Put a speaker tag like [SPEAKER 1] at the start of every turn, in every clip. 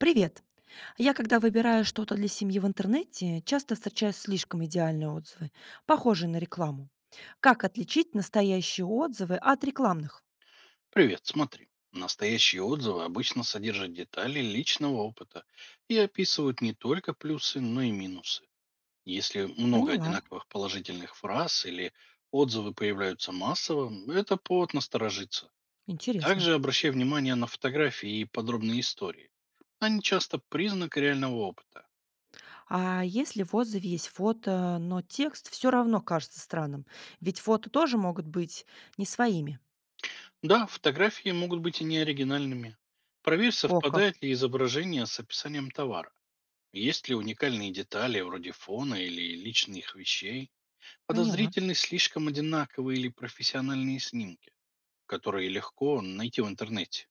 [SPEAKER 1] Привет! Я, когда выбираю что-то для семьи в интернете, часто встречаю слишком идеальные отзывы, похожие на рекламу. Как отличить настоящие отзывы от рекламных?
[SPEAKER 2] Привет, смотри. Настоящие отзывы обычно содержат детали личного опыта и описывают не только плюсы, но и минусы. Если много
[SPEAKER 1] Поняла.
[SPEAKER 2] одинаковых положительных фраз или отзывы появляются массово, это повод насторожиться.
[SPEAKER 1] Интересно.
[SPEAKER 2] Также обращай внимание на фотографии и подробные истории. Они часто признак реального опыта.
[SPEAKER 1] А если в отзыве есть фото, но текст все равно кажется странным? Ведь фото тоже могут быть не своими.
[SPEAKER 2] Да, фотографии могут быть и неоригинальными. Проверь,
[SPEAKER 1] О, как.
[SPEAKER 2] совпадает ли изображение с описанием товара. Есть ли уникальные детали вроде фона или личных вещей,
[SPEAKER 1] Поняла.
[SPEAKER 2] подозрительны слишком одинаковые или профессиональные снимки, которые легко найти в интернете?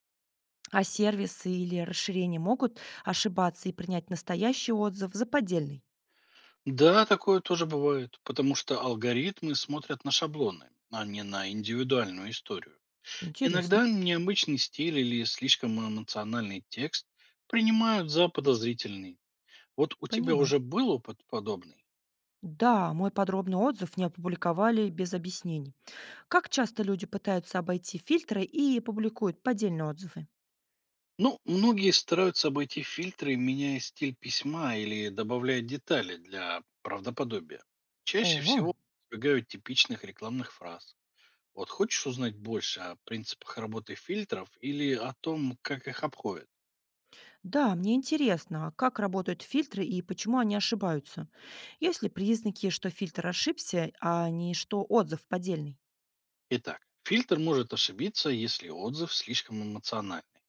[SPEAKER 1] А сервисы или расширения могут ошибаться и принять настоящий отзыв за поддельный?
[SPEAKER 2] Да, такое тоже бывает, потому что алгоритмы смотрят на шаблоны, а не на индивидуальную историю.
[SPEAKER 1] Интересно.
[SPEAKER 2] Иногда необычный стиль или слишком эмоциональный текст принимают за подозрительный. Вот у тебя
[SPEAKER 1] Поняла.
[SPEAKER 2] уже был опыт подобный?
[SPEAKER 1] Да, мой подробный отзыв не опубликовали без объяснений. Как часто люди пытаются обойти фильтры и публикуют поддельные отзывы?
[SPEAKER 2] Ну, многие стараются обойти фильтры, меняя стиль письма или добавляя детали для правдоподобия. Чаще
[SPEAKER 1] О,
[SPEAKER 2] всего избегают типичных рекламных фраз. Вот хочешь узнать больше о принципах работы фильтров или о том, как их обходят?
[SPEAKER 1] да, мне интересно, а как работают фильтры и почему они ошибаются? Есть ли признаки, что фильтр ошибся, а не что отзыв поддельный?
[SPEAKER 2] Итак, фильтр может ошибиться, если отзыв слишком эмоциональный,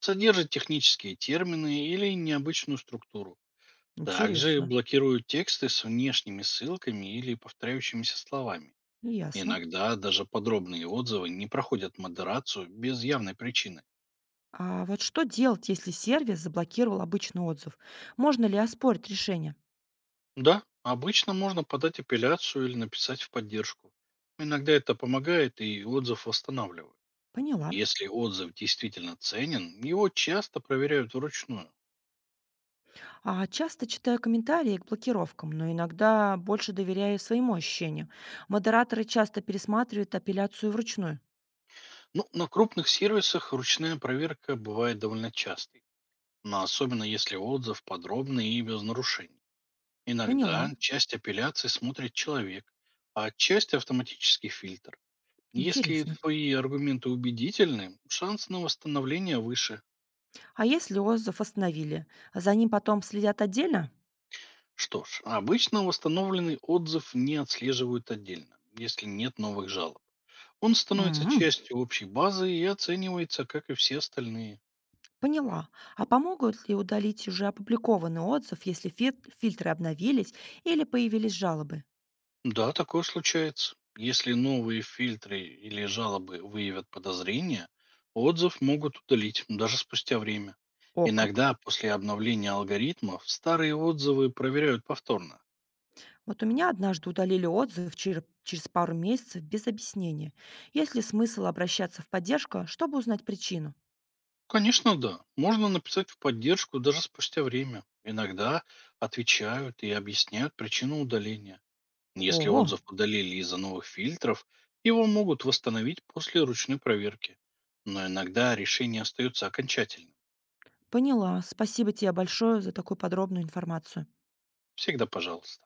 [SPEAKER 2] содержит технические термины или необычную структуру. Также
[SPEAKER 1] Интересно.
[SPEAKER 2] блокируют тексты с внешними ссылками или повторяющимися словами.
[SPEAKER 1] Ясно.
[SPEAKER 2] Иногда даже подробные отзывы не проходят модерацию без явной причины.
[SPEAKER 1] А вот что делать, если сервис заблокировал обычный отзыв? Можно ли оспорить решение?
[SPEAKER 2] Да, обычно можно подать апелляцию или написать в поддержку. Иногда это помогает и отзыв восстанавливают.
[SPEAKER 1] Поняла.
[SPEAKER 2] Если отзыв действительно ценен, его часто проверяют вручную.
[SPEAKER 1] А часто читаю комментарии к блокировкам, но иногда больше доверяю своему ощущению. Модераторы часто пересматривают апелляцию вручную.
[SPEAKER 2] Ну, на крупных сервисах ручная проверка бывает довольно частой, но особенно если отзыв подробный и без нарушений.
[SPEAKER 1] Поняла.
[SPEAKER 2] Иногда часть апелляций смотрит человек, а часть автоматический фильтр. Если
[SPEAKER 1] Интересно.
[SPEAKER 2] твои аргументы убедительны, шанс на восстановление выше.
[SPEAKER 1] А если отзыв остановили, за ним потом следят отдельно?
[SPEAKER 2] Что ж, обычно восстановленный отзыв не отслеживают отдельно, если нет новых жалоб. Он становится
[SPEAKER 1] М.
[SPEAKER 2] частью общей базы и оценивается, как и все остальные.
[SPEAKER 1] Поняла. А помогут ли удалить уже опубликованный отзыв, если фильтры обновились или появились жалобы?
[SPEAKER 2] Да, такое случается. Если новые фильтры или жалобы выявят подозрения, отзыв могут удалить даже спустя время.
[SPEAKER 1] О, как.
[SPEAKER 2] Иногда после обновления алгоритмов старые отзывы проверяют повторно.
[SPEAKER 1] Вот у меня однажды удалили отзыв через пару месяцев без объяснения. Есть ли смысл обращаться в поддержку, чтобы узнать причину?
[SPEAKER 2] Конечно, да. Можно написать в поддержку даже спустя время. Иногда отвечают и объясняют причину удаления. Если
[SPEAKER 1] О,
[SPEAKER 2] отзыв удалили из-за новых фильтров, его могут восстановить после ручной проверки. Но иногда решение остается окончательным.
[SPEAKER 1] поняла. Спасибо тебе большое за такую подробную информацию.
[SPEAKER 2] Всегда пожалуйста.